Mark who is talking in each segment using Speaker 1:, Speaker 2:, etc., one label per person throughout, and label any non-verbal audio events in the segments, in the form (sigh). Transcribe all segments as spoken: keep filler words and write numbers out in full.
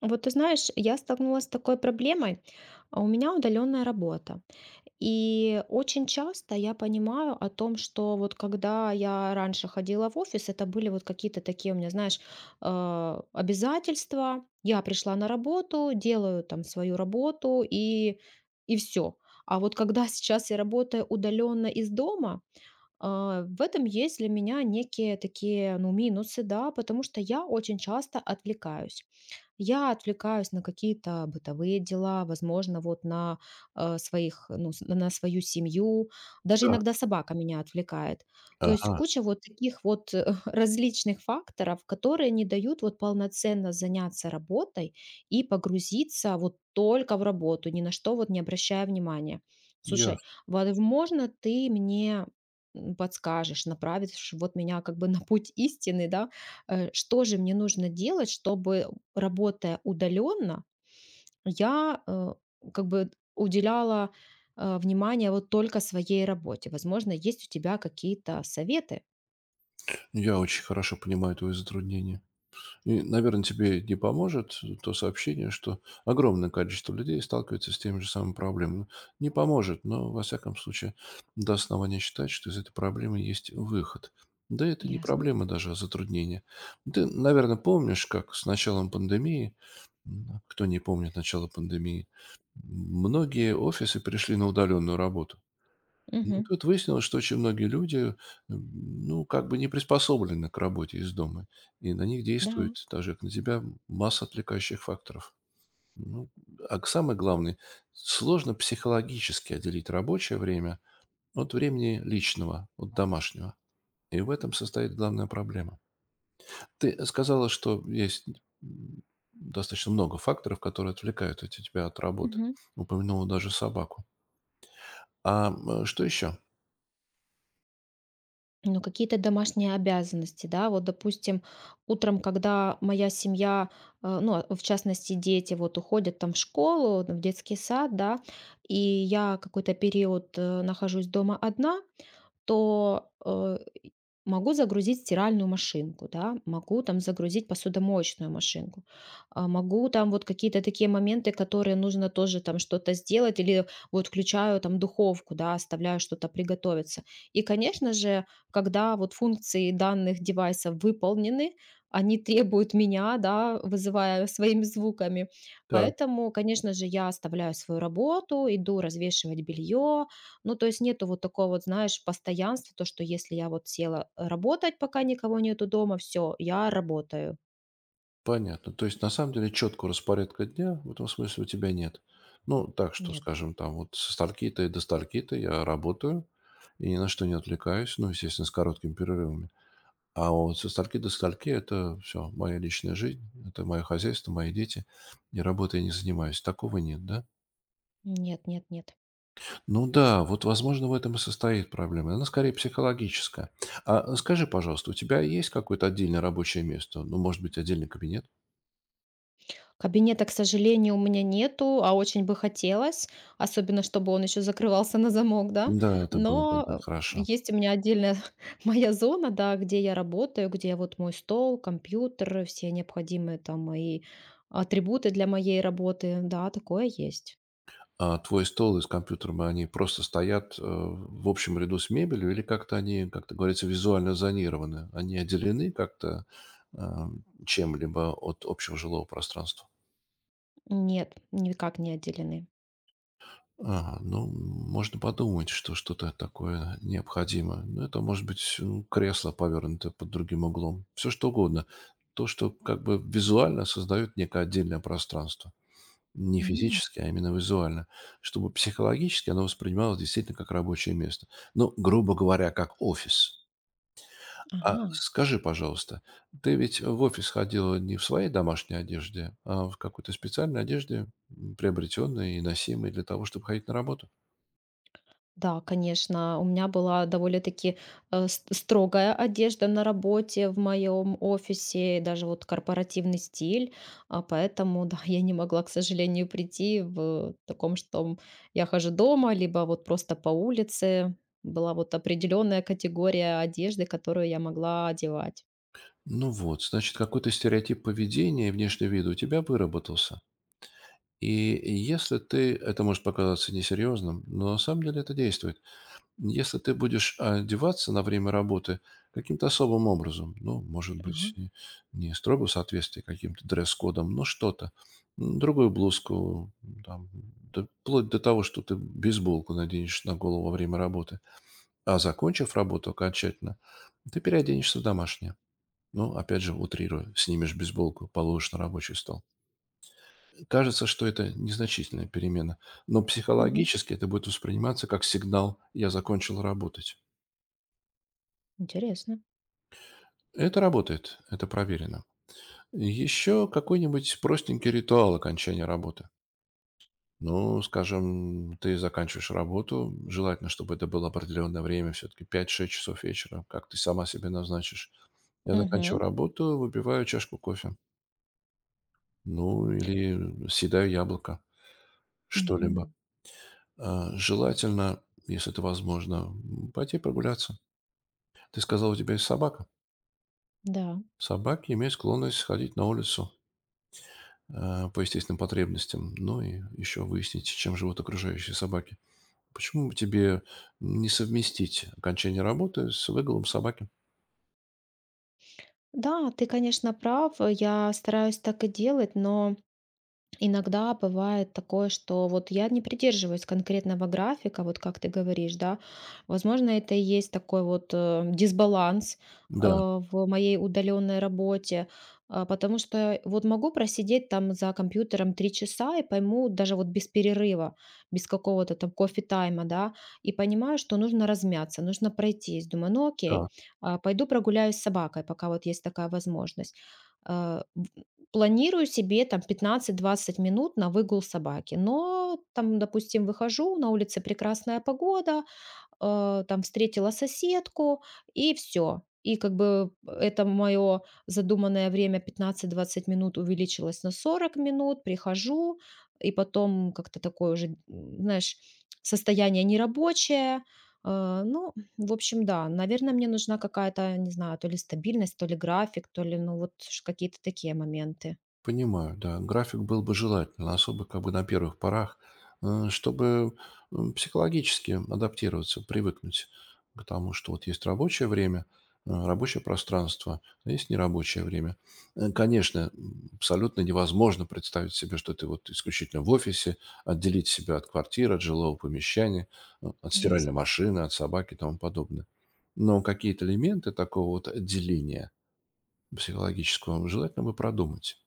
Speaker 1: Вот ты знаешь, я столкнулась с такой проблемой. А У меня удаленная работа. И очень часто я понимаю о том, что вот когда я раньше ходила в офис, это были вот какие-то такие у меня, знаешь, э, обязательства. Я пришла на работу, делаю там свою работу и, и все. А вот когда (laughs) сейчас я работаю удаленно из дома, а, в этом есть для меня некие такие, ну, минусы, да, потому что я очень часто отвлекаюсь. Я отвлекаюсь на какие-то бытовые дела, возможно, вот на э, своих, ну, с- на свою семью. Даже
Speaker 2: Да.
Speaker 1: иногда собака меня отвлекает. То есть
Speaker 2: Ага.
Speaker 1: куча вот таких вот э, (laughs) различных факторов, которые не дают вот полноценно заняться работой и погрузиться вот только в работу, ни на что вот не обращая внимания.
Speaker 2: Я,
Speaker 1: Слушай, возможно, ты мне м, подскажешь, направишь вот меня как бы на путь истины, да, э, что же мне нужно делать, чтобы, работая удаленно, я э, как бы уделяла э, внимание вот только своей работе. Возможно, есть у тебя какие-то советы?
Speaker 2: Я очень хорошо понимаю твои затруднения. И, наверное, тебе не поможет э, то сообщение, что огромное количество людей сталкивается с теми же самыми проблемами. Ну, не поможет, но, во всяком случае, до основания считать, что из этой проблемы есть выход. Да это не
Speaker 1: Ясно.
Speaker 2: проблема даже, а затруднение. Ты, наверное, помнишь, как с началом пандемии, м, кто не помнит начало пандемии, многие офисы перешли на удаленную работу. Ну,
Speaker 1: Мгм.
Speaker 2: тут выяснилось, что очень многие люди, м, ну, как бы не приспособлены к работе из дома, и на них
Speaker 1: Да.
Speaker 2: действует, даже как на тебя, масса отвлекающих факторов. Ну, а к- самое главное, сложно психологически отделить рабочее время от времени личного, от домашнего. И в этом состоит главная проблема. Ты сказала, что есть м, достаточно много факторов, которые отвлекают от тебя от работы.
Speaker 1: Мгм.
Speaker 2: Упомянула даже собаку. А м, что еще?
Speaker 1: Ну, какие-то домашние обязанности, да, вот, допустим, утром, когда моя семья, э, ну, а в частности, дети вот уходят там в школу, в детский сад, да, и я какой-то период э, нахожусь дома одна, то, э, могу загрузить стиральную машинку, да, могу там загрузить посудомоечную машинку, а, могу там вот какие-то такие моменты, которые нужно тоже там что-то сделать, или вот включаю там духовку, да, оставляю что-то приготовиться. И, конечно же, когда вот функции данных девайсов выполнены, они требуют меня, да, вызывая своими звуками. Поэтому, конечно же, я оставляю свою работу, иду развешивать белье. Ну, то есть нету вот такого вот, знаешь, постоянства, то, что если я вот села работать, пока никого нету дома, все, я работаю.
Speaker 2: Понятно. То есть, на самом деле, четкого распорядка дня в этом смысле у тебя нет. Ну, так что,
Speaker 1: Нет,
Speaker 2: скажем, там вот со стальки-то и до стальки-то я работаю и ни на что не отвлекаюсь, ну, естественно, с короткими перерывами. А вот со стальки до стальки — это все, моя личная жизнь, это мое хозяйство, мои дети, и работой я не занимаюсь. Такого нет, да?
Speaker 1: нет, нет, нет.
Speaker 2: Ну да, вот, возможно, в этом и состоит проблема. Она скорее психологическая. А скажи, пожалуйста, у тебя есть какое-то отдельное рабочее место? Ну, может быть, отдельный кабинет?
Speaker 1: Кабинета, к сожалению, у меня нету, а очень бы хотелось, особенно чтобы он еще закрывался на замок, да.
Speaker 2: Да, это было бы,
Speaker 1: Но
Speaker 2: да,
Speaker 1: э,
Speaker 2: хорошо.
Speaker 1: есть у меня отдельная (laughs) моя зона, да, где я работаю, где вот мой стол, компьютер, все необходимые там мои атрибуты для моей работы, да, такое есть.
Speaker 2: А твой стол и с компьютером, они просто стоят, э, в общем ряду с мебелью или как-то они, как это говорится, визуально зонированы? Они отделены как-то, а, чем-либо от общего жилого пространства?
Speaker 1: Нет, никак не отделены.
Speaker 2: Ага, ну, можно подумать, что что-то такое необходимо. Ну, это может быть, ну, кресло, повернутое под другим углом. Все что угодно. То, что как бы визуально создает некое отдельное пространство. Не
Speaker 1: М.
Speaker 2: физически, а именно визуально, чтобы психологически оно воспринималось действительно как рабочее место. Ну, грубо говоря, как офис. А
Speaker 1: Ага.
Speaker 2: скажи, пожалуйста, ты ведь в офис ходила не в своей домашней одежде, а в какой-то специальной одежде, м, приобретенной и носимой для того, чтобы ходить на работу?
Speaker 1: Да, конечно, у меня была довольно-таки э, с- строгая одежда на работе в моем офисе, даже вот корпоративный стиль, а поэтому, да, (laughs) я не могла, к сожалению, прийти в таком, что я хожу дома, либо вот просто по улице. Была вот определенная категория одежды, которую я могла одевать.
Speaker 2: Ну вот, значит, какой-то стереотип поведения и внешнего вида у тебя выработался. И если ты, это может показаться несерьезным, но на самом деле это действует. Если ты будешь одеваться на время работы каким-то особым образом, ну, может
Speaker 1: Ага.
Speaker 2: быть, не не строго в соответствии каким-то дресс-кодом, но что-то, м, другую блузку, там, да вплоть до того, что ты бейсболку наденешь на голову во время работы, а закончив работу окончательно, ты переоденешься в домашнее. Ну, опять же, утрирую, снимешь бейсболку, положишь на рабочий стол. Кажется, что это незначительная перемена, но
Speaker 1: Мгм.
Speaker 2: психологически это будет восприниматься как сигнал «я закончил работать».
Speaker 1: Интересно.
Speaker 2: Это работает, это проверено. Еще какой-нибудь простенький ритуал окончания работы. Ну, скажем, ты заканчиваешь работу, желательно, чтобы это было определенное время, все-таки пять-шесть часов вечера, как ты сама себе назначишь. Я заканчиваю
Speaker 1: Мгм.
Speaker 2: работу, выпиваю чашку кофе. Ну, или съедаю яблоко, что-либо.
Speaker 1: Мгм.
Speaker 2: А, Желательно, если это возможно, м, пойти прогуляться. Ты сказал, у тебя есть собака.
Speaker 1: Да.
Speaker 2: Собаки имеют склонность ходить на улицу, а, по естественным потребностям, ну и еще выяснить, чем живут окружающие собаки. Почему бы тебе не совместить окончание работы с выголом собаки?
Speaker 1: Да, ты, конечно, прав. Я стараюсь так и делать, но иногда бывает такое, что вот я не придерживаюсь конкретного графика, вот как ты говоришь, да. Возможно, это и есть такой вот э, дисбаланс э,
Speaker 2: Да,
Speaker 1: в моей удаленной работе, а, потому что вот могу просидеть там за компьютером три часа и пойму даже вот без перерыва, без какого-то там кофе-тайма, да, и понимаю, что нужно размяться, нужно пройтись. Думаю, ну окей,
Speaker 2: да.
Speaker 1: а, пойду прогуляюсь с собакой, пока вот есть такая возможность. Э, Планирую себе там пятнадцать двадцать минут на выгул собаки. Но там, допустим, выхожу, на улице прекрасная погода, э, там встретила соседку, и все. И как бы это мое задуманное время пятнадцать двадцать минут увеличилось на сорок минут, прихожу, и потом как-то такое уже, м, знаешь, состояние нерабочее. Э, Ну, в общем, да, наверное, мне нужна какая-то, не знаю, то ли стабильность, то ли график, то ли, ну, вот ш- какие-то такие моменты.
Speaker 2: Понимаю, да. График был бы желательно, особо как бы на первых порах, э, чтобы м, психологически адаптироваться, привыкнуть к тому, что вот есть рабочее время, э, рабочее пространство, а есть нерабочее время. Э, Конечно, м, абсолютно невозможно представить себе, что ты вот исключительно в офисе, отделить себя от квартиры, от жилого помещения, ну, от стиральной
Speaker 1: Ясно.
Speaker 2: машины, от собаки и тому подобное. Но какие-то элементы такого вот отделения психологического желательно бы продумать.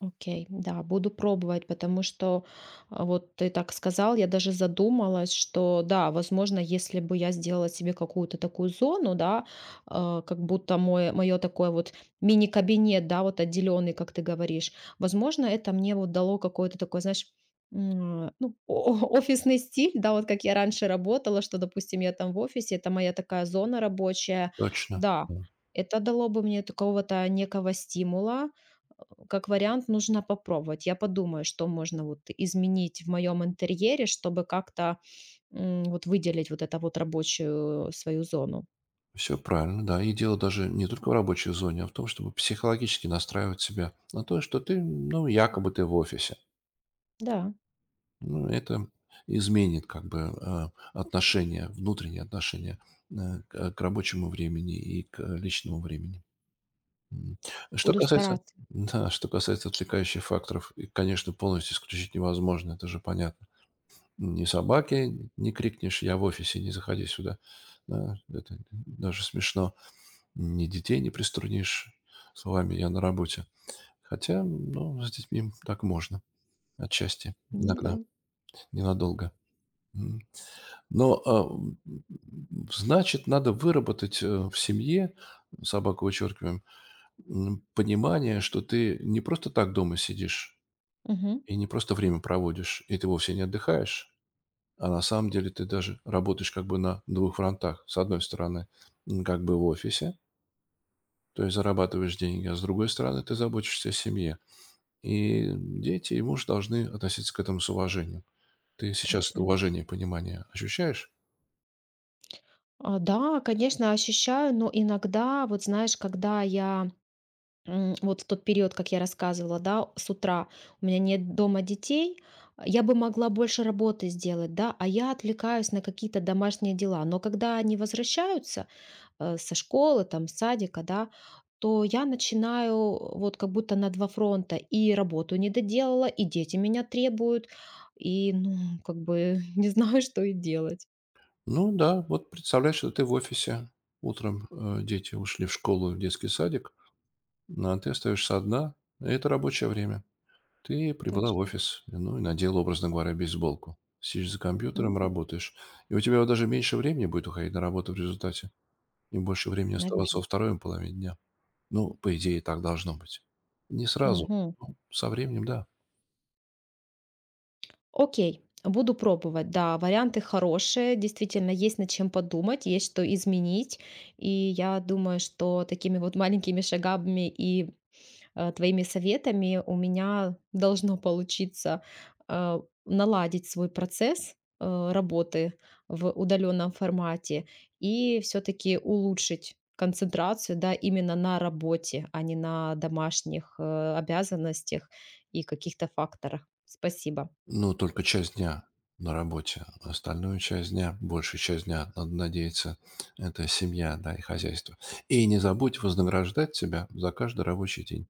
Speaker 1: Окей, да, буду пробовать, потому что, а, вот ты так сказал, я даже задумалась, что да, возможно, если бы я сделала себе какую-то такую зону, да, а, как будто мое, мое такое вот мини-кабинет, да, вот отделенный, как ты говоришь, возможно, это мне вот дало какой-то такой, знаешь, м, а, ну, о- (laughs) о- офисный стиль, да, вот как я раньше работала, что, допустим, я там в офисе, это моя такая зона рабочая,
Speaker 2: Точно,
Speaker 1: да,
Speaker 2: все
Speaker 1: это дало бы мне такого-то некого стимула. Как вариант, нужно попробовать. Я подумаю, что можно вот изменить в моем интерьере, чтобы как-то, м, вот выделить вот это вот рабочую свою зону.
Speaker 2: правильно, да. И дело даже не только в рабочей зоне, а в том, чтобы психологически настраивать себя на то, что ты, ну, якобы ты в офисе.
Speaker 1: Да,
Speaker 2: Ну, это изменит как бы, э, отношение, внутренние отношения, э, к э, к рабочему времени и к личному времени. М. Что
Speaker 1: буду
Speaker 2: касается
Speaker 1: стараться.
Speaker 2: (laughs) да, что касается отвлекающих факторов, их, конечно, полностью исключить невозможно, это же понятно. Ни собаки не крикнешь: «Я в офисе, не заходи сюда». Да, это даже смешно. Ни детей не приструнишь словами «я на работе». Хотя, ну, с детьми так можно отчасти,
Speaker 1: Ну да.
Speaker 2: иногда, ненадолго. М. Но, а, м, м, значит, надо выработать, э, в семье, собаку вычеркиваем, м, понимание, что ты не просто так дома сидишь
Speaker 1: Мгм.
Speaker 2: и не просто время проводишь, и ты вовсе не отдыхаешь, а на самом деле ты даже работаешь как бы на двух фронтах. С одной стороны, м, как бы в офисе, то есть зарабатываешь деньги, а с другой стороны ты заботишься о семье. И дети, и муж должны относиться к этому с уважением. Ты сейчас это
Speaker 1: Точно.
Speaker 2: уважение и понимание ощущаешь?
Speaker 1: А, да, конечно, ощущаю, но иногда, вот знаешь, когда я, м, вот в тот период, как я рассказывала, да, с утра у меня нет дома детей, а, я бы могла больше работы сделать, да, а я отвлекаюсь на какие-то домашние дела. Но когда они возвращаются, э, со школы, там, с садика, да, то я начинаю э, вот как будто на два фронта. И работу не доделала, и дети меня требуют, и, ну, как бы (laughs) не знаю, что и делать.
Speaker 2: Ну да, вот представляешь, что ты в офисе. Утром э, дети ушли в школу, в детский садик, а ты остаешься одна, и это рабочее время. Ты прибыла в
Speaker 1: Точно.
Speaker 2: офис, ну и надела, образно говоря, бейсболку. Сидишь за компьютером, работаешь. И у тебя вот даже меньше времени будет уходить на работу в результате. И больше времени оставаться во
Speaker 1: Наверное.
Speaker 2: второй половине дня. Ну, по идее, так должно быть. Не сразу,
Speaker 1: Мгм.
Speaker 2: ну, со временем, да.
Speaker 1: Окей, буду пробовать. Да, варианты хорошие, действительно, есть над чем подумать, есть что изменить. И я думаю, что такими вот маленькими шагами и э, твоими советами у меня должно получиться, а, наладить свой процесс э, работы в удаленном формате и все-таки улучшить концентрацию, да, именно на работе, а не на домашних, э, обязанностях и каких-то факторах. Спасибо.
Speaker 2: Но только часть дня на работе. Остальную часть дня, большую часть дня, надо надеяться, это семья, да, и хозяйство. И не забудь вознаграждать себя за каждый рабочий день.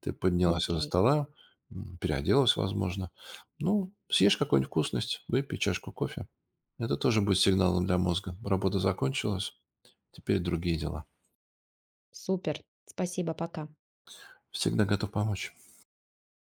Speaker 2: Ты поднялась из-за
Speaker 1: Окей.
Speaker 2: стола, м, переоделась, возможно. Ну, съешь какую-нибудь вкусность, выпей чашку кофе. Это тоже будет сигналом для мозга. Работа закончилась, теперь другие дела.
Speaker 1: Супер. Спасибо. Пока.
Speaker 2: Всегда готов помочь.